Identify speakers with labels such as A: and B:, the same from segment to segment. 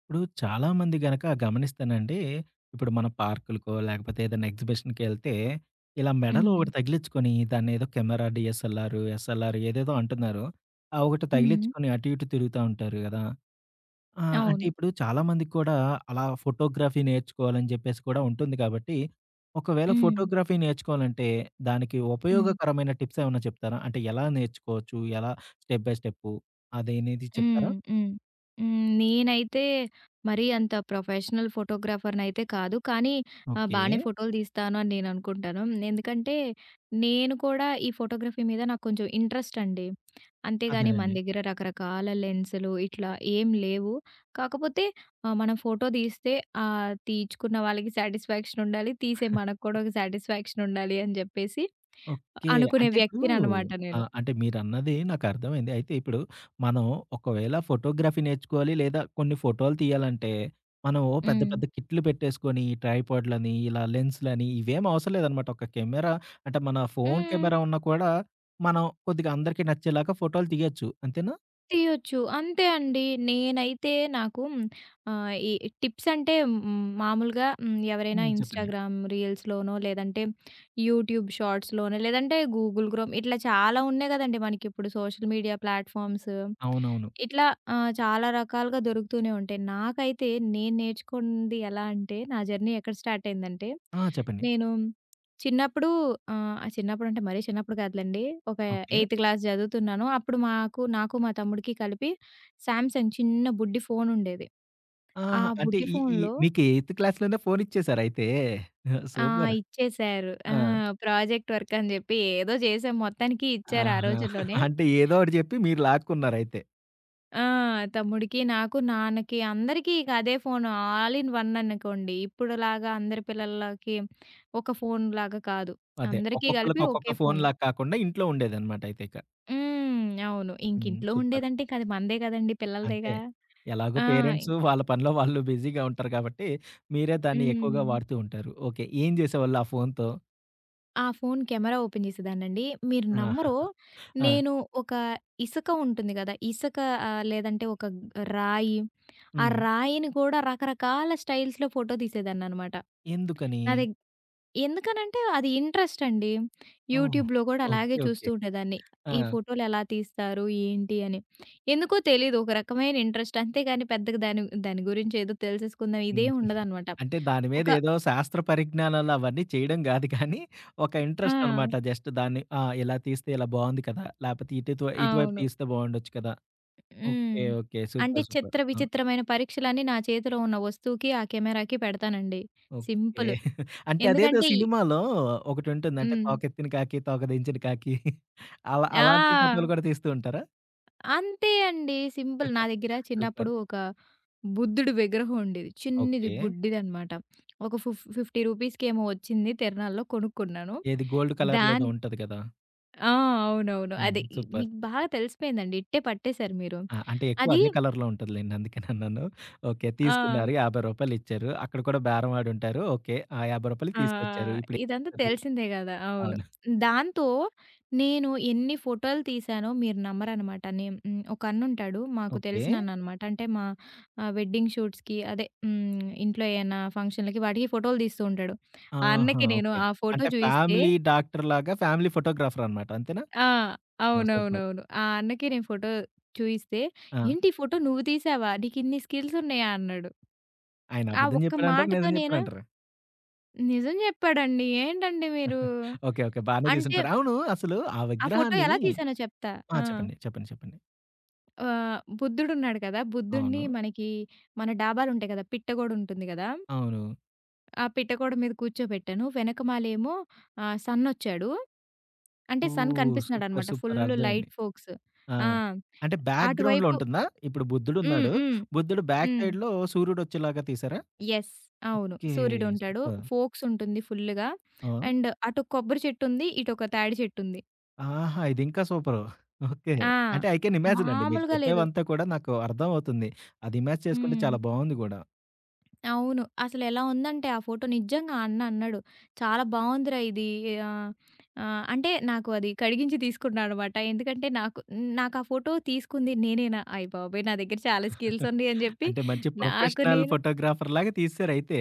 A: ఇప్పుడు చాలామంది గనక గమనిస్తానండి, ఇప్పుడు మన పార్కులకో, లేకపోతే ఏదైనా ఎగ్జిబిషన్‌కెళ్తే, ఇలా మెడలో
B: హ్మ్.
A: ఒకటి తగిలించుకొని, దాన్నేదో కెమెరా, డీఎస్ఎల్ఆర్, ఎస్ఎల్ఆర్ ఏదేదో అంటున్నారు. ఆ ఒకటి
B: హ్మ్.
A: తగిలించుకొని అటు ఇటు తిరుగుతా ఉంటారు గదా! ఆ! అంటే
B: అవును.
A: ఇప్పుడు చాలామందికి కూడా అలా ఫోటోగ్రఫీ నేర్చుకోవాలని జెప్పేసి కూడా ఉంటుంది కాబట్టి, ఒకవేళ
B: హ్మ్.
A: ఫోటోగ్రఫీ నేర్చుకోవాలంటే, దానికి
B: హ్మ్.
A: ఉపయోగకరమైన టిప్స్ ఏమన్నా చెప్తారా? అంటే ఎలా నేర్చుకోవచ్చు? ఎలా స్టెప్ బై స్టెప్పు అదనేది
B: హ్మ్.
A: చెప్తారా?
B: హ్మ్. హ్మ్. నేనైతే మరీ అంత ప్రొఫెషనల్ ఫోటోగ్రాఫర్‌నైతే కాదు. కానీ
A: ఓకే.
B: బానే ఫోటోలు తీస్తాను అని నేను అనుకుంటాను. ఎందుకంటే నేను కూడా ఈ ఫోటోగ్రఫీ మీద నాకు కొంచెం ఇంట్రెస్ట్ అండి. అంతేగాని మన
A: అదేనండి.
B: దగ్గర రకరకాల లెన్సులు ఇట్లా ఏం లేవు. కాకపోతే మనం ఫోటో తీస్తే తీయించుకున్న వాళ్ళకి సాటిస్ఫాక్షన్ ఉండాలి. తీసే మనకు కూడా ఒక సాటిస్ఫాక్షన్ ఉండాలి అని చెప్పేసి
A: ఓకే.
B: అనుకునే
A: అంటే ఇప్పుడు
B: వ్యక్తిననమాట
A: ఆ!
B: నేను.
A: అంటే మీరన్నది నాకర్థమైంది. అయితే ఇప్పుడు మనం ఒకవేళ ఫోటోగ్రఫీ నేర్చుకోవాలి లేదా కొన్ని ఫోటోలు తీయాలంటే, మనం ఓ పెద్ద
B: హ్మ్.
A: పెద్ద కిట్లు పెట్టేసుకొని ట్రైపాడ్‌లని, ఇలా లెన్స్‌లని ఇవేం అవసరం లేదనమాట. ఒక కెమెరా అంటే మన ఫోను
B: హ్మ్.
A: కెమెరా ఉన్నా కూడా మనం కొద్దిగా అందరికీ నచ్చేలాగా ఫోటోలు తీయొచ్చు. అంతేనా?
B: తీయొచ్చు. అంతే అండి. నేనైతే నాకు ఈ టిప్స్ అంటే మామూలుగా ఎవరైనా
A: హ్మ్. చెప్పండి.
B: ఇన్‌స్టాగ్రామ్ రీల్స్‌లోనో, లేదంటే యూట్యూబ్ షార్ట్స్‌లోనో, లేదంటే గూగుల్ క్రోమ్ ఇట్లా చాలా ఉన్నాయి గదండీ మనకిప్పుడు సోషల్ మీడియా ప్లాట్‌ఫామ్స్.
A: అవునవును.
B: ఇట్లా చాలా రకాలుగా దొరుకుతూనే ఉంటాయి. నాకైతే నేను నేర్చుకుంది ఎలా అంటే, నా జర్నీ ఎక్కడ స్టార్ట్ అయిందంటే,
A: ఆ! చెప్పండి.
B: నేను చిన్నప్పుడు చిన్నప్పుడంటే మరీ చిన్నప్పుడు కాదులెండి. ఒక
A: ఓకే.
B: ఎయిత్ క్లాస్ చదువుతున్నాను. అప్పుడు నాకు మా తమ్ముడికి కలిపి 'సామ్‌సంగ్' చిన్న బుడ్డి ఫోనుండేది. ఆ
A: ఆహా! అంటే
B: బుడ్డి
A: ఈ ఈ
B: ఫోన్‌లో
A: మీకు ఎయిత్ క్లాస్‌లోనే ఫోను ఇచ్చేసారయితే.
B: ఆ!
A: సూపర్.
B: ఇచ్చేసారు. ఆ!
A: ఆ!
B: ప్రాజెక్ట్ వర్క్ అని జెప్పి ఏదో చేసాం. మొత్తానికి ఇచ్చారు ఆ
A: ఆహా!
B: రోజుల్లోనే.
A: అంటే ఏదో ఒకటి జెప్పి మీరు లాక్కున్నారయితే.
B: ఆ! తమ్ముడికి, నాకు, నాన్నకి అందరికీ ఇక అదే ఫోను ఆల్ ఇన్ వన్ అనుకోండి. ఇప్పుడులాగా అందరి పిల్లలకి ఒక ఫోనులాగా కాదు.
A: అదే.
B: అందరికీ కలిపి
A: ఒక్కొక్కళ్ళకి ఒక్కొక్క
B: ఒకే
A: ఫోన్
B: ఫోను.
A: లాగా కాకుండా ఇంట్లో ఉండేదనమాట అయితే ఇక.
B: అవును. ఇంక
A: హ్మ్.
B: ఇంట్లో
A: సూపర్.
B: ఉండేదంటే ఇంక అది మనదే గదండీ!
A: అంతే.
B: పిల్లలదేగా.
A: ఎలాగో
B: ఆ!
A: పేరెంట్స్ వాళ్ళ పనిలో వాళ్ళు బిజీగా ఉంటారు కాబట్టి, మీరే దాన్ని ఎక్కువగా
B: హ్మ్.
A: వాడుతూ ఉంటారు. ఓకే. ఏం జేసేవాళ్ళు ఆ ఫోన్‌తో?
B: ఆ ఫోను కెమెరా ఓపెన్ జేసేదాన్నండి. మీరు
A: ఆ!
B: నమ్మరు.
A: ఆ!
B: నేను ఒక ఇసుక ఉంటుంది గదా! ఇసుక, లేదంటే ఒక రాయి, ఆ
A: హ్మ్.
B: రాయిని గూడా రకరకాల స్టైల్స్‌లో ఫోటో తీసేదాన్ననమాట.
A: ఎందుకని?
B: నా దె ఎందుకనంటే అది ఇంట్రెస్ట్ అండి.
A: ఓహ్!
B: యూట్యూబ్‌లో కూడా
A: ఓకే.
B: అలాగే చూస్తూ
A: ఓకే.
B: ఉండేదాన్ని.
A: ఆ!
B: ఈ ఫోటోలు ఎలా తీస్తారు? ఏంటి? అని. ఎందుకో తెలీదు. ఒక రకమైన ఇంట్రెస్ట్. అంతేగాని పెద్దగా దాని దాని గురించి ఏదో తెలిసేసుకుందాం
A: హ్మ్.
B: ఇదేం ఉండదనమాట.
A: అంటే దాని మీద
B: ఒక
A: ఏదో శాస్త్ర పరిజ్ఞానాలు అవన్నీ చేయడం గాదు కానీ, ఒక
B: ఆ!
A: ఇంట్రెస్ట్ అనమాట. జస్ట్ దాన్ని ఆ! ఇలా తీస్తే ఇలా బావుంది కదా! లేపోతే ఇటుతు ఇటువైపు
B: అవును.
A: తీస్తే బావుండొచ్చు కదా!
B: హ్మ్.
A: ఓకే. ఓకే.
B: అంటే
A: సూపర్. సూపర్.
B: చిత్ర
A: ఆ!
B: విచిత్రమైన పరీక్షలన్నీ నా చేతిలో ఉన్న వస్తువుకి, ఆ కెమెరాకి పెడతానండి.
A: ఓకే.
B: సింపుల్.
A: అంటే అదేదో
B: ఎందుకంటే ఈ
A: సినిమాలో ఒకటుంటుంది. అంటే
B: హ్మ్.
A: తోకెత్తిన కాకి, తోక దించిన కాకి అలా అలాంటి ఫోటోలు
B: ఆ!
A: కూడా తీస్తూ ఉంటారా?
B: అంతే అండి. సింపుల్. నా దగ్గర చిన్నప్పుడు
A: సూపర్.
B: ఒక బుద్ధుడి విగ్రహం ఉండేది. చిన్నది
A: ఓకే.
B: బుడ్డిదనమాట. ఒక ఫిఫ్ రూ. 50 రూపీస్‌కేమో వచ్చింది. తిరునాళ్ళలో కొనుక్కున్నాను.
A: ఏది గోల్డ్ కలర్‌లో
B: దాన్
A: ఏదో ఉంటది కదా!
B: ఆ! అవునవును.
A: హ్మ్.
B: అదే. ఈ-
A: సూపర్.
B: మీకు బాగా తెలిసిపోయిందండి. ఇట్టే పట్టేసారు మీరు.
A: ఆ! అంటే ఎక్కువ
B: అది
A: అదే కలర్‌లో ఉంటదిలెండి. అందుకేనన్నాను. ఓకే.
B: ఆ!
A: తీసుకున్నారు. రూ. 50 ఇచ్చారు. అక్కడ కూడా బేరం ఆడుంటారు. ఓకే. ఆ రూ. 50
B: ఆ!
A: తీసుకొచ్చారు. ఇప్పుడు ఏం
B: ఇదంతా
A: చేస్తారు?
B: తెలిసిందే గదా! అవును.
A: అవును.
B: దాంతో నేను ఎన్ని ఫోటోలు తీసానో మీరు నమ్మరనమాట. నేను హ్మ్. ఒక అన్నుంటాడు. మాకు
A: ఓకే.
B: తెలిసినన్ననమాట. అంటే మా వెడ్డింగ్ షూట్స్‌కి అదే ఇంట్లో ఏయన్నా ఫంక్షన్‌లకి వాటికి ఫోటోలు తీస్తూ ఉంటాడు. ఆ
A: ఆహా!
B: అన్నకి నేను
A: ఓకే.
B: ఆ ఫోటో
A: అంటే
B: చూయిస్తే,
A: ఫ్యామిలీ డాక్టర్‌లాగా ఫ్యామిలీ ఫోటోగ్రాఫర్ అన్నమాట. అంతేనా?
B: ఆ!
A: ఆ! సూపర్.
B: అవునవునవును. ఆ అన్నకి నేను ఫోటో చూయిస్తే,
A: ఆ!
B: "ఏంటి ఈ ఫోటో నువ్వు తీసావా? నీకిన్ని స్కిల్స్ ఉన్నాయా?" అన్నాడు.
A: ఆయన
B: ఆ
A: అబద్ధం
B: ఒక్క
A: చెప్పాడంటారు.
B: మాటతో
A: నిజం
B: నేను
A: చెప్పాడంటారు.
B: నిజం చెప్పాడండి. ఏంటండి మీరు?
A: ఓకే. ఓకే. బానే
B: అంటే
A: తీసుంటారు. అవును. అసలు ఆ
B: ఆ ఫోటో
A: విగ్రహాన్ని
B: ఎలా తీశానో చెప్తా.
A: ఆ!
B: ఆ!
A: చెప్పండి. చెప్పండి. చెప్పండి.
B: బుద్ధుడున్నాడు కదా! బుద్ధుడిని
A: అవును.
B: మనకి మన డాబాలుంటాయి కదా! పిట్టగోడుంటుంది కదా!
A: అవును.
B: ఆ పిట్టగోడ మీద కూర్చోబెట్టాను. వెనకమాలేమో సన్నొచ్చాడు. అంటే సన్
A: ఓహ్! సూపర్.
B: కనిపిస్తున్నాడనమాట. Full
A: super. అర్థమైంది.
B: Light focus.
A: ఆ!
B: ఆ!
A: అంటే బ్యాక్‌గ్రౌండ్‌లో
B: అటువైపు.
A: ఉంటుందా? ఇప్పుడు
B: హ్మ్.
A: బుద్ధుడున్నాడు.
B: హ్మ్.
A: బుద్ధుడు బ్యాక్
B: హ్మ్.
A: సైడ్‌లో సూర్యుడొచ్చేలాగా తీశారా?
B: యెస్. అవును.
A: ఓకే.
B: సూర్యుడుంటాడు.
A: సూపర్.
B: ఫోకస్ ఉంటుంది ఫుల్లుగా.
A: ఆ!
B: అండ్ అటు కొబ్బరి చెట్టుంది. ఇటొక తాడి చెట్టుంది.
A: ఆహా! ఇదింకా సూపరు. ఓకే.
B: ఆ!
A: అంటే ఐ కెన్ ఇమాజిన్ అండి. మీరు
B: మామూలుగా లేదు.
A: చెప్పేవంతా కూడా నాకు అర్థమవుతుంది. అది ఇమాజిన్ చేసుకుంటే
B: హ్మ్.
A: చాలా బావుంది గూడా.
B: అవును. అసలెలా ఉందంటే ఆ ఫోటో నిజంగా ఆ అన్న అన్నాడు, "చాలా బావుందిరా ఇది." ఆహ్, ఆహ్, అంటే నాకు అది కడిగించి తీసుకున్నాడనమాట. ఎందుకంటే నాకు నాకు ఆ ఫోటో తీసుకుంది నేనేనా అయ్య బాబోయ్! నా దగ్గర చాలా స్కిల్స్ ఉన్నాయి అని చెప్పి
A: అంటే మంచి
B: నాకు
A: ప్రొఫెషనల్
B: నేను
A: ఫోటోగ్రాఫర్‌లాగా తీశారైతే.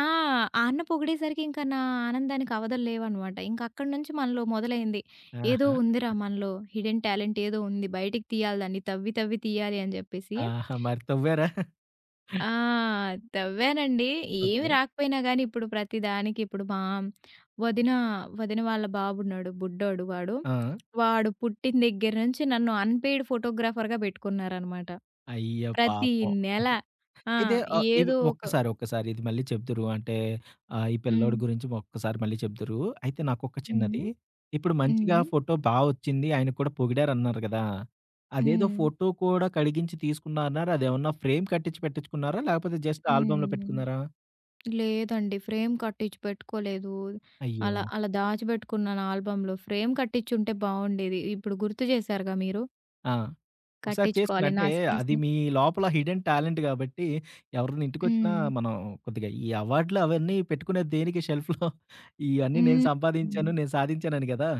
B: ఆ! ఆ అన్న పొగిడేసరికి ఇంకా నా ఆనందానికి అవధులు లేవనమాట. ఇంక అక్కడి నుంచి మనలో మొదలైంది. ఏదో
A: ఆహా!
B: ఉందిరా మనలో, హిడెన్ టాలెంట్ ఏదో ఉంది. బయటికి తీయాలి, దాన్ని తవ్వి తవ్వి తీయాలి అని చెప్పేసి.
A: ఆహా! మరి తవ్వారా?
B: ఆ! తవ్వానండి. ఏమి
A: ఓకే.
B: రాకపోయినా గానీ, ఇప్పుడు ప్రతి దానికి ఇప్పుడు మా వదిన, వదిన వాళ్ళ బాబున్నాడు. బుడ్డోడు వాడు.
A: ఆ!
B: వాడు పుట్టిన దగ్గర నుంచి నన్ను అన్‌పెయిడ్ ఫోటోగ్రాఫర్‌గా పెట్టుకున్నారనమాట.
A: అయ్యో
B: ప్రతి
A: పాపం!
B: నెల ఆ!
A: అయితే ఇవి
B: ఏదో ఒక
A: ఒక్కసారి, ఒక్కసారి ఇది మళ్ళీ చెప్దురు. అంటే ఈ
B: హ్మ్.
A: పిల్లోడి గురించి ఒక్కసారి మళ్ళీ చెప్దురు. అయితే నాకొక చిన్నది.
B: హ్మ్.
A: ఇప్పుడు మంచిగా
B: హ్మ్.
A: ఫోటో బా వచ్చింది. ఆయన కూడా పొగిడారన్నారు గదా! అదేదో
B: హ్మ్.
A: ఫోటో కూడా కడిగించి తీసుకున్నా అన్నారు. అదేమన్నా ఫ్రేమ్ కట్టించి పెట్టించుకున్నారా? లేకపోతే జస్ట్ ఆల్బమ్‌లో
B: హ్మ్.
A: పెట్టుకున్నారా?
B: లేదండి. ఫ్రేమ్ కట్టించి పెట్టుకోలేదు.
A: అయ్యో!
B: అలా దాచిపెట్టుకున్నాను ఆల్బమ్‌లో. ఫ్రేమ్ కట్టించుంటే బావుండేది. ఇప్పుడు గుర్తు చేశారుగా మీరు.
A: ఆ! ఒకసారి చేసుకుని
B: కట్టించుకోవాలి.
A: అంటే
B: నా
A: అది
B: స్కిల్స్‌ని
A: మీ లోపల హిడెన్ టాలెంట్ గాబట్టి ఎవరైనా ఇంటికొచ్చినా
B: హ్మ్.
A: మనం కొద్దిగా ఈ అవార్డ్‌లు అవన్నీ పెట్టుకునేది దేనికి షెల్ఫ్‌లో ఇయన్నీ నేను
B: హ్మ్.
A: సంపాదించాను, నేను సాధించానని గదా!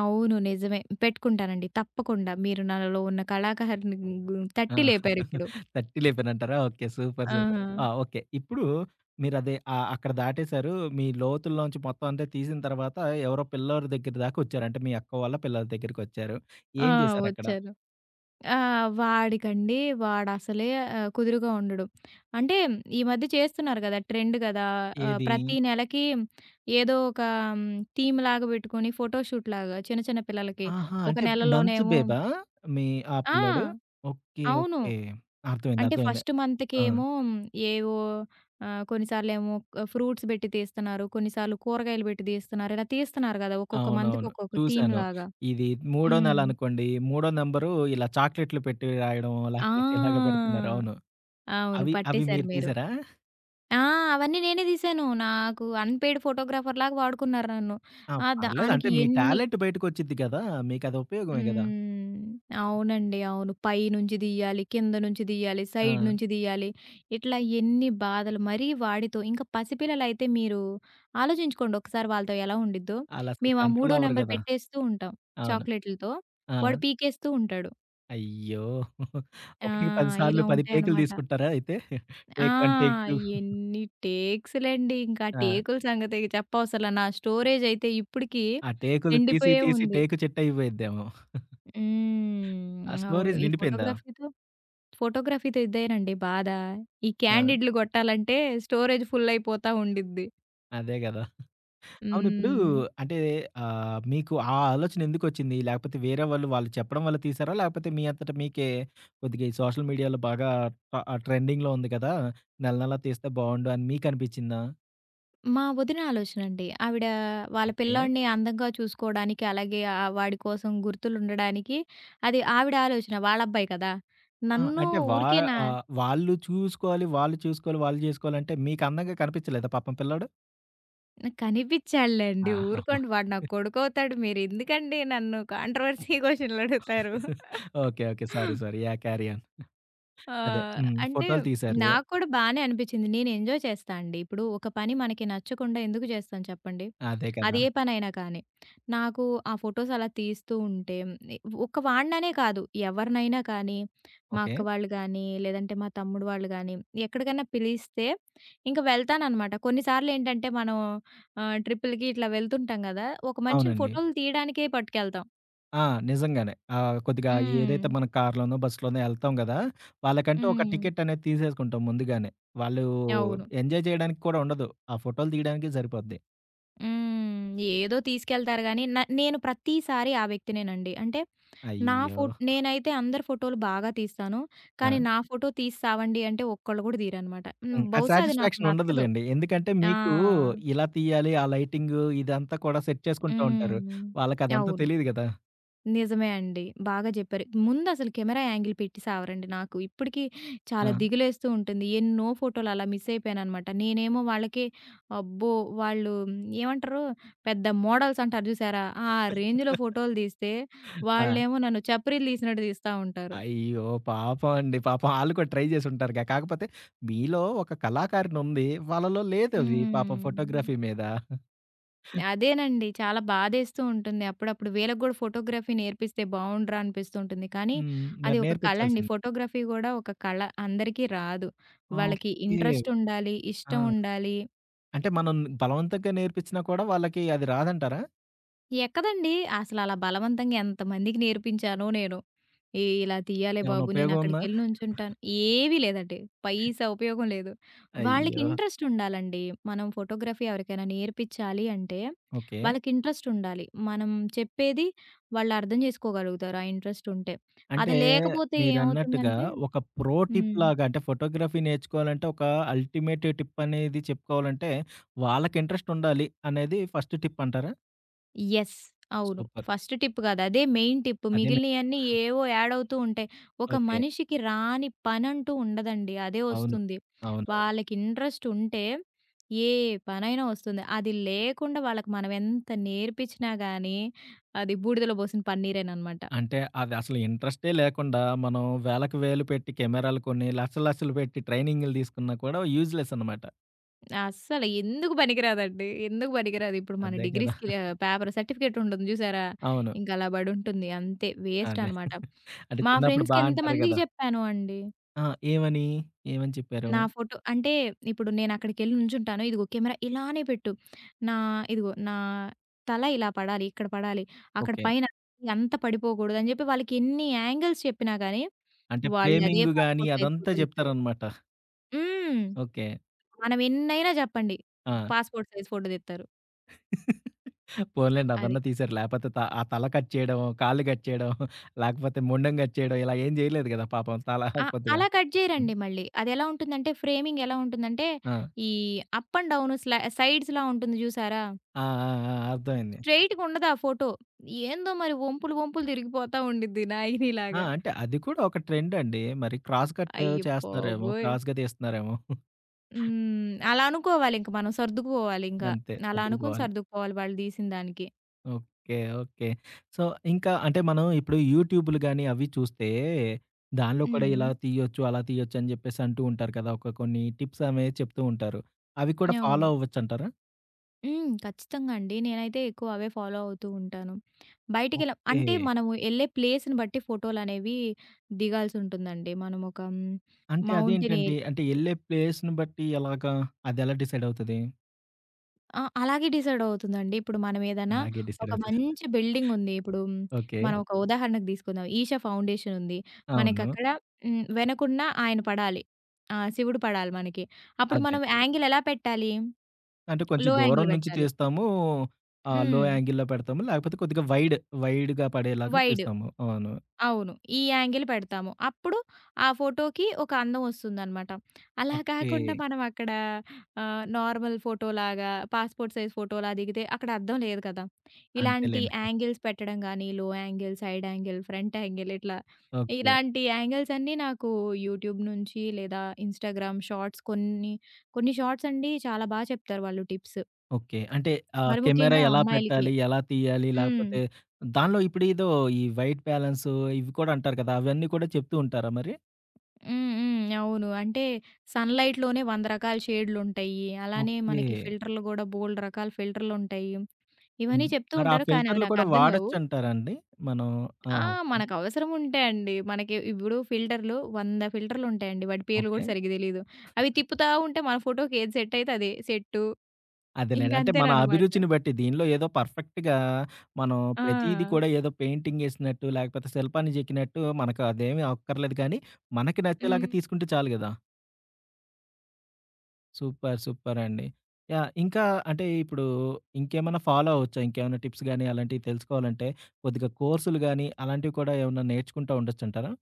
B: అవును. నిజమే. పెట్టుకుంటానండి. తప్పకుండా. మీరు నాలో ఉన్న కళాకారుని
A: ఆ!
B: తట్టి లేపారిప్పుడు.
A: తట్టి లేపానంటారా? ఓకే. సూపర్.
B: ఆ!
A: సూపర్. ఆ! ఓకే. ఇప్పుడు మీరదే అక్కడ దాటేసారు. మీ లోతుల్లోంచి మొత్తం అంతా తీసిన తర్వాత ఎవరో పిల్లోడి దగ్గర దాకా వచ్చారు. అంటే మీ అక్క వాళ్ళ పిల్లోడి దగ్గరికొచ్చారు.
B: ఆ!
A: ఏం చేశారక్కడ?
B: వచ్చారు. ఆ! వాడికండి, వాడసలే కుదురుగా ఉండడు. అంటే ఈ మధ్య చేస్తున్నారు గదా! ట్రెండ్ గదా!
A: ఏది?
B: ప్రతి నెలకి ఏదో ఒక హ్మ్, థీమ్‌లాగా పెట్టుకొని ఫోటోషూట్‌లాగా చిన్న చిన్న పిల్లలకి.
A: ఆహా!
B: ఒక
A: అంటే మంచు
B: నెలలోనేమో
A: బేబా మీ ఆ
B: ఆ!
A: పిల్లోడు? ఓకే.
B: అవును.
A: ఓకే. అర్థమైంది.
B: అంటే
A: అర్థమైంది.
B: ఫస్ట్
A: ఆ!
B: మంత్‌కేమో ఏవో కొన్నిసార్లేమో ఫ్రూట్స్ బెట్టి తీస్తున్నారు. కొన్నిసార్లు కూరగాయలు బెట్టి తీస్తున్నారు. ఇలా తీస్తున్నారు గదా! ఒక్కొక్క మంత్‌కి
A: అవునవును.
B: ఒక్కొక్క
A: చూసాను.
B: థీమ్‌లాగా.
A: ఇది మూడో
B: హ్మ్.
A: నెల అనుకోండి. మూడో నంబరు ఇలా చాక్లెట్లు పెట్టి రాయడం లేకపోతే ఇలాగ
B: ఆ!
A: పెడుతున్నారు. అవును.
B: అవును.
A: అవి అవి
B: పట్టేసారు
A: మీరు
B: మీరు.
A: తీసారా?
B: ఆ! అవన్నీ నేనే తీశాను. నాకు అన్‌పెయిడ్ ఫోటోగ్రాఫర్‌లాగా వాడుకున్నారు నన్ను.
A: ఆ!
B: ఆ!
A: పర్లేదు. అంటే
B: దానికి
A: మీ
B: ఎన్ని
A: టాలెంట్ బయటకొచ్చిద్ది కదా! మీకది ఉపయోగమే గదా!
B: హ్మ్. అవునండి. అవును. పైనుంచి దీయాలి, కింద నుంచి దీయాలి, సైడ్ నుంచి
A: ఆ!
B: దీయాలి. ఇట్లా ఎన్ని బాధలు మరీ వాడితో. ఇంకా పసిపిల్లలైతే మీరు ఆలోచించుకోండి ఒకసారి వాళ్ళతో ఎలా ఉండిద్దో.
A: ఆళ్ళసలు
B: మేము ఆ మూడో
A: కంట్రోల్ అవ్వరు
B: నంబర్
A: గదా!
B: పెట్టేస్తూ ఉంటాం
A: అవును.
B: చాక్లెట్‌లతో.
A: ఆ!
B: వాడు పీకేస్తూ ఉంటాడు.
A: అయ్యో!
B: ఆ!
A: ఒకటికి 10
B: ఇలా
A: సార్లు 10 టేకులు
B: ఉంటాయన్నమాట.
A: తీసుకుంటారా అయితే?
B: ఆ!
A: టేక్ 1, టేక్ 2
B: ఎన్ని టేక్స్‌లండి. ఇంకా ఆ
A: ఆ!
B: టేకుల సంగతి ఇక చెప్పవసరలా. నా స్టోరేజ్ అయితే ఇప్పటికి
A: ఆ టేకులు తీసి,
B: నిండిపోయే
A: తీసి
B: ఉంది.
A: టేకు చెట్టయిపోయిద్దేమో. ఆ
B: అవును.
A: స్టోరేజ్
B: ఈ
A: నిండిపోయిందా?
B: ఫోటోగ్రఫీతో ఫోటోగ్రఫీ‌తో ఇదేనండి బాధ. ఈ
A: ఆ!
B: క్యాండిడ్‌లు గొట్టాలంటే స్టోరేజ్ ఫుల్ అయిపోతా ఉండిద్ది.
A: అదే గదా! అవును. ఇప్పుడు
B: హ్మ్.
A: అంటే మీకు ఆ ఆలోచన ఎందుకొచ్చింది? లేకపోతే వేరే వాళ్ళు చెప్పడం వల్ల తీశారా? లేకపోతే మీ అంతట మీకే కొద్దిగా ఈ సోషల్ మీడియాలో బాగా ట ట్రెండింగ్‌లో ఉంది కదా! నెల నెలా తీస్తే బావుండు అని మీకు అనిపిచ్చిందా?
B: మా వదిన ఆలోచనండి. ఆవిడ వాళ్ళ
A: ఓకే.
B: పిల్లోడిని అందంగా చూసుకోవడానికి, అలాగే వాడి కోసం గుర్తులుండడానికి. అది ఆవిడ ఆలోచన. వాళ్ళ అబ్బాయి కదా!
A: ఆ!
B: నన్ను
A: అంటే వా
B: ఊరికే నా
A: వాళ్ళు చూసుకోవాలి, వాళ్ళు చేసుకోవాలంటే మీకు అందంగా కనిపించలేదా పాపం పిల్లోడు?
B: కనిపించాడులేండి.
A: ఆహా!
B: ఊరుకోండి వాడు నాకు కొడుకవుతాడు. మీరెందుకండి నన్ను కాంట్రోవర్సీ క్వెషన్‌లు అడుగుతారు.
A: Okay. Okay. Sorry. Sorry. Yeah! Carry on.
B: ఆ!
A: అదే. హ్మ్.
B: అంటే
A: ఫోటోలు తీశారు.
B: నాకు కూడా బానే అనిపిచ్చింది. నేను ఎంజాయ్ చేస్తా అండి. ఇప్పుడు ఒక పని మనకి నచ్చకుండా ఎందుకు చేస్తాం చెప్పండి?
A: అదే
B: అది
A: కదా!
B: ఏ పనైనా కానీ. నాకు ఆ ఫోటోస్ అలా తీస్తూ ఉంటే ఒక వాడిననే కాదు, ఎవరినైనా కానీ, మా
A: ఓకే.
B: అక్క వాళ్ళు గానీ, లేదంటే మా తమ్ముడు వాళ్ళు గానీ, ఎక్కడికైనా పిలిస్తే ఇంక వెళ్తాననమాట. కొన్నిసార్లేంటంటే మనం ట్రిప్పులకి ఇట్లా వెళ్తుంటాం గదా! ఒక మనిషిని
A: అవునండి.
B: ఫోటోలు తీయడానికే పట్టుకెళ్తాం.
A: ఆ! నిజంగానే. కొద్దిగా
B: హ్మ్.
A: ఏదైతే మనం కార్‌లోనో, బస్‌లోనో ఎళ్తాం గదా! వాళ్ళకంటూ ఒక
B: హ్మ్.
A: టికెట్ అనేది తీసేసుకుంటాం ముందుగానే. వాళ్ళు
B: అవును.
A: ఎంజాయ్ చేయడానికి కూడా ఉండదు. ఆ ఫోటోలు తీయడానికే సరిపోద్ది.
B: హ్మ్. ఏదో తీసుకెళ్తారు గానీ, నేను ప్రతిసారి ఆ వ్యక్తినేనండి. అంటే నా
A: అయ్యో!
B: ఫో నేనైతే అందరి ఫోటోలు బాగా తీస్తాను.
A: ఆ!
B: కానీ నా ఫోటో తీసి సావండి అంటే ఒక్కళ్ళు గూడా తీయరనమాట.
A: హ్మ్. ఆ
B: బహుశా అది నాకు
A: సాటిస్ఫాక్షన్
B: నచ్చదు.
A: ఉండదులెండి. ఎందుకంటే
B: ఆ!
A: మీకు ఇలా తీయాలి, ఆ లైటింగు ఇదంతా కూడా సెట్ చేసుకుంటూ ఉంటారు.
B: హ్మ్.
A: వాళ్ళకదంతా
B: అవును.
A: తెలీదు గదా!
B: నిజమే అండి. బాగా జెప్పారు. ముందసలు కెమెరా యాంగిల్ పెట్టి సావరండి నాకు. ఇప్పటికి
A: ఆ!
B: చాలా దిగులేస్తూ ఉంటుంది. ఎన్నో ఫోటోలు అలా మిస్ అయిపోయాననమాట. నేనేమో వాళ్ళకి అబ్బో! వాళ్ళు మ్, ఏమంటారు? పెద్ద మోడల్స్ అంటారు జూసారా? ఆ రేంజ్‌లో ఫోటోలు దీస్తే,
A: ఆ!
B: వాళ్ళేమో నన్ను చప్రీలు దీసినట్టు దీస్తా ఉంటారు.
A: అయ్యో! పాపం అండి. పాపం ఆళ్ళు కూడా ట్రై చేసుంటారుగా. కాకపోతే మీలో ఒక కళాకారిణి ఉంది. వాళ్ళలో లేదది పాపం
B: హ్మ్.
A: ఫోటోగ్రఫీ మీద.
B: అదేనండి. చాలా బాధేస్తూ ఉంటుంది. అప్పుడప్పుడు వీళ్ళకి గూడా ఫోటోగ్రఫీ నేర్పిస్తే బావుండురా అనిపిస్తూ ఉంటుంది. కానీ
A: హ్మ్.
B: అది
A: మరి
B: ఒక కళండి.
A: నేర్పించాల్సింది.
B: ఫోటోగ్రఫీ గూడా ఒక కళ. అందరికీ రాదు. వాళ్ళకి
A: ఓకే.
B: ఇంట్రెస్ట్ ఉండాలి, ఇష్టం
A: ఆ!
B: ఉండాలి.
A: అంటే మనం బలవంతంగా నేర్పించినా కూడా వాళ్ళకి అది రాదంటారా?
B: ఎక్కదండి. అసలలా బలవంతంగా ఎంతమందికి నేర్పించానో నేను. "ఏ ఇలా తీయాలే
A: ఏమన్నా
B: బాబు,
A: ఉపయోగం ఉందా?
B: నేనక్కడికెళ్ళి నుంచుంటాను." ఏవీ లేదండి. పైసా ఉపయోగం లేదు. వాళ్ళకి
A: అయ్యో!
B: ఇంట్రెస్ట్ ఉండాలండి. మనం ఫోటోగ్రఫీ ఎవరికైనా నేర్పించాలి అంటే
A: ఓకే.
B: వాళ్ళకి ఇంట్రెస్ట్ ఉండాలి. మనం చెప్పేది వాళ్ళు అర్థం చేసుకోగలుగుతారు ఆ ఇంట్రెస్ట్ ఉంటే. అది
A: అంటే
B: లేకపోతే
A: మీరన్నట్టుగా
B: ఏమవుతుందంటే
A: ఒక ప్రో టిప్
B: హ్మ్.
A: లాగా అంటే ఫోటోగ్రఫీ నేర్చుకోవాలంటే ఒక అల్టిమేట్ టిప్ అనేది చెప్పుకోవాలంటే వాళ్ళకి ఇంట్రెస్ట్ ఉండాలి అనేది ఫస్ట్ టిప్ అంటారా?
B: యెస్. అవును.
A: సూపర్.
B: ఫస్ట్ టిప్ కాదు. అదే మెయిన్ టిప్.
A: అదే మే
B: మిగిలినయన్నీ ఏవో యాడ్ అవుతూ ఉంటాయి. ఒక
A: ఓకే.
B: మనిషికి రాని పనంటూ ఉండదండి. అదే
A: అవును.
B: వస్తుంది.
A: అవునవును.
B: వాళ్ళకి ఇంట్రెస్ట్ ఉంటే ఏ పనైనా వస్తుంది. అది లేకుండా వాళ్ళకి మనం ఎంత నేర్పించినా గానీ, అది బూడిదలో పోసిన పన్నీరేననమాట.
A: అంటే అది అసలు ఇంట్రెస్టే లేకుండా మనం వేలకు వేలు పెట్టి కెమెరాలు కొన్ని లక్షలు లక్షలు పెట్టి ట్రైనింగ్‌లు తీసుకున్నా కూడా యూజ్‌లెస్ అనమాట.
B: అస్సలు ఎందుకు పనికిరాదండి. ఎందుకు పనికిరాదు. ఇప్పుడు మన
A: అదే
B: డిగ్రీ
A: కదా!
B: స్కిల్ పేపర్ సర్టిఫికేట్ ఉంటుంది చూసారా?
A: అవును.
B: ఇంక అలా పడుంటుంది. అంతే వేస్ట్
A: అదే.
B: అనమాట.
A: అంటే
B: మా
A: చిన్నప్పుడు
B: ఫ్రెండ్స్‌కి
A: బా అంటారు
B: ఎంతమందికి
A: కదా!
B: చెప్పానో అండి.
A: ఆ! ఏమని? ఏమని చెప్పారు?
B: నా ఫోటో అంటే ఇప్పుడు నేనక్కడికెళ్ళి నుంచుంటాను. ఇదిగో కెమెరా ఇలానే పెట్టు. నా నా తల ఇలా పడాలి. ఇక్కడ పడాలి. అక్కడ
A: ఓకే.
B: పైన అంత పడిపోకూడదు అని జెప్పి వాళ్ళకి ఎన్ని యాంగిల్స్ చెప్పినా గానీ,
A: అంటే
B: వాళ్ళు అదే
A: ఫ్రేమింగ్ గాని
B: పాస్‌పోర్ట్ సైజ్
A: అదంతా
B: ఫోటో తెత్తారు.
A: చెప్తారనమాట.
B: హ్మ్.
A: ఓకే.
B: మనం ఎన్నైనా జెప్పండి.
A: ఆ!
B: పాస్‌పోర్ట్ సైజ్ ఫోటో తెత్తారు.
A: పోన్లేండి
B: అది.
A: అదన్నా తీశారు. లేపోతే త ఆ తల కట్ చేయడం, కాళ్ళు కట్ చేయడం, లేకపోతే మొండెం కట్ చేయడం ఇలా ఏం చేయలేదు కదా! పాపం తల
B: ఆ!
A: కొద్దిగా.
B: అలా కట్
A: హ్మ్.
B: జేయరండి మళ్ళీ. అదెలా ఉంటుందంటే, ఫ్రేమింగ్ ఎలా ఉంటుందంటే,
A: ఆ!
B: ఈ అప్ అండ్ డౌన్ సైడ్స్‌లా ఉంటుంది జూసారా?
A: ఆ! ఆ! ఆ! అర్థమైంది.
B: స్ట్రెయిట్‌గుండదు ఆ ఫోటో. ఏందో మరి వంపులు, వంపులు తిరిగిపోతా ఉండిద్ది
A: ఆ!
B: నాగినిలాగా.
A: అంటే అది కూడా ఒక ట్రెండ్ అండి. మరి క్రాస్ కట్
B: అయ్య
A: చేస్తున్నారేమో,
B: బాబోయ్!
A: క్రాస్‌గా తీస్తున్నారేమో.
B: అలా అనుకోవాలింక, మనం సర్దుకుపోవాలింక.
A: అంతే
B: అలా అనుకుని
A: సర్దుకుపోవాలి.
B: సర్దుకుపోవాలి వాళ్ళు తీసిన దానికి.
A: ఓకే. ఓకే. సో, ఇంకా అంటే మనం ఇప్పుడు యూట్యూబ్‌లు గాని అవి చూస్తే దానిలో కూడా
B: హ్మ్.
A: ఇలా తీయొచ్చు, అలా తీయొచ్చు అని చెప్పేసి అంటూ ఉంటారు కదా! ఒక కొన్ని టిప్స్ అనేవి చెప్తూ ఉంటారు. అవి కూడా ఫాలో
B: అవును.
A: అవ్వచ్చంటారా?
B: ఖచ్చితంగా అండి. నేనైతే ఎక్కువ అవే ఫాలో అవుతూ ఉంటాను. బయటికెళ్ళ అంటే
A: ఓకే.
B: మనము ఎళ్ళే ప్లేస్‌ని బట్టి ఫోటోలనేవి దిగాల్సుంటుందండి. మనమొక హ్మ్,
A: అంటే
B: మౌంటెన్
A: అదేంటండి?
B: ఏరి
A: అంటే ఎళ్ళే ప్లేస్‌ని బట్టి ఎలాగా? అదెలా డిసైడ్ అవుతది?
B: ఆ! అలాగే డిసైడ్ అవుతుందండి. ఇప్పుడు మనం ఏదైనా
A: అలాగే
B: ఒక
A: డిసైడ్ అవుతదా?
B: మంచి బిల్డింగ్ ఉంది. ఇప్పుడు
A: ఓకే.
B: మనం ఒక ఉదాహరణకు తీసుకుందాం. ఈషా ఫౌండేషన్ ఉంది.
A: అవును.
B: మనకక్కడ వెనకున్న ఆయన పడాలి. ఆ! శివుడు పడాలి మనకి. అప్పుడు
A: అదే.
B: మనం యాంగిల్ ఎలా పెట్టాలి?
A: అంటే కొంచెం
B: లో
A: దూరం
B: యాంగిల్
A: నుంచి
B: పెట్టాలి.
A: తీస్తాము. లో
B: హ్మ్.
A: యాంగిల్‌లో పెడతాము. లేకపోతే కొద్దిగా వైడ్, వైడ్‌గా పడేలాగా
B: వైడ్.
A: తీస్తాము. అవును.
B: అవును. ఈ యాంగిల్ పెడతాము. అప్పుడు ఆ ఫోటోకి ఒక అందం ఒస్తుందనమాట. అలా
A: ఓకే.
B: కాకుండా మనం అక్కడ నార్మల్ ఫోటోలాగా పాస్‌పోర్ట్ సైజ్ ఫోటోలా దిగితే అక్కడ అర్థం లేదు కదా! ఇలాంటి
A: అంతేలెండి.
B: యాంగిల్స్ పెట్టడం గానీ, low angle, side angle, front angle ఇట్లా
A: ఓకే.
B: ఇలాంటి యాంగిల్స్ అన్నీ నాకు యూట్యూబ్ నుంచి లేదా ఇన్‌స్టాగ్రామ్ షార్ట్స్, కొన్ని షార్ట్స్ అండి చాలా బా చెప్తారు వాళ్ళు టిప్స్.
A: ఓకే. అంటే
B: మరి
A: కెమెరా
B: ముఖ్యంగా
A: ఎలా
B: అమ్మాయిలకి.
A: పెట్టాలి? ఎలా తీయాలి?
B: హ్మ్.
A: లేకపోతే దానిలో ఇప్పుడేదో ఈ వైట్ బ్యాలెన్సు ఇవి కూడా అంటారు కదా! అవన్నీ కూడా చెప్తూ ఉంటారా మరి?
B: హ్మ్. హ్మ్. అవును. అంటే సన్‌లైట్‌లోనే 100 రకాల షేడ్‌లుంటాయి. అలానే
A: ఓకే.
B: మనకి ఫిల్టర్‌లు గూడా బోలెడు రకాల ఫిల్టర్‌లుంటాయి. ఇవన్నీ
A: హ్మ్.
B: చెప్తూ
A: మరి ఆ
B: ఉంటారు. కానీ అవి
A: ఫిల్టర్‌లు కూడా
B: నాకర్థం గావు.
A: వాడొచ్చంటారా అండి? మనం ఆ!
B: ఆ!
A: ఓకే.
B: మనకు అవసరం ఉంటే అండి. మనకి ఇప్పుడు ఫిల్టర్‌లు 100 ఫిల్టర్‌లుంటాయండి. వాటి పేర్లు
A: ఓకే.
B: గూడా సరిగ్గా తెలీదు. అవి తిప్పుతా ఉంటే మన ఫోటోకి ఏది సెట్ అయితే అదే సెట్టు. ఇంక
A: అదేలేండి. అంటే మన
B: అంతేననమాట.
A: అభిరుచిని బట్టి దీనిలో ఏదో పర్ఫెక్ట్‌గా మనం
B: ఆ!
A: ప్రతీది కూడా ఏదో పెయింటింగ్ ఏసినట్టు, లేకపోతే శిల్పాన్ని చెక్కినట్టు మనకు అదేమీ అక్కర్లేదు కానీ, మనకి
B: హ్మ్.
A: నచ్చేలాగా తీసుకుంటే చాలు గదా! సూపర్. సూపర్ అండి. యాహ్! ఇంకా అంటే ఇప్పుడు ఇంకేమన్నా ఫాలో అవ్వచ్చా? ఇంకేమన్నా టిప్స్ గాని అలాంటివి తెలుసుకోవాలంటే కొద్దిగా కోర్సులు గాని అలాంటివి కూడా ఏమన్నా నేర్చుకుంటా ఉండొచ్చంటారా?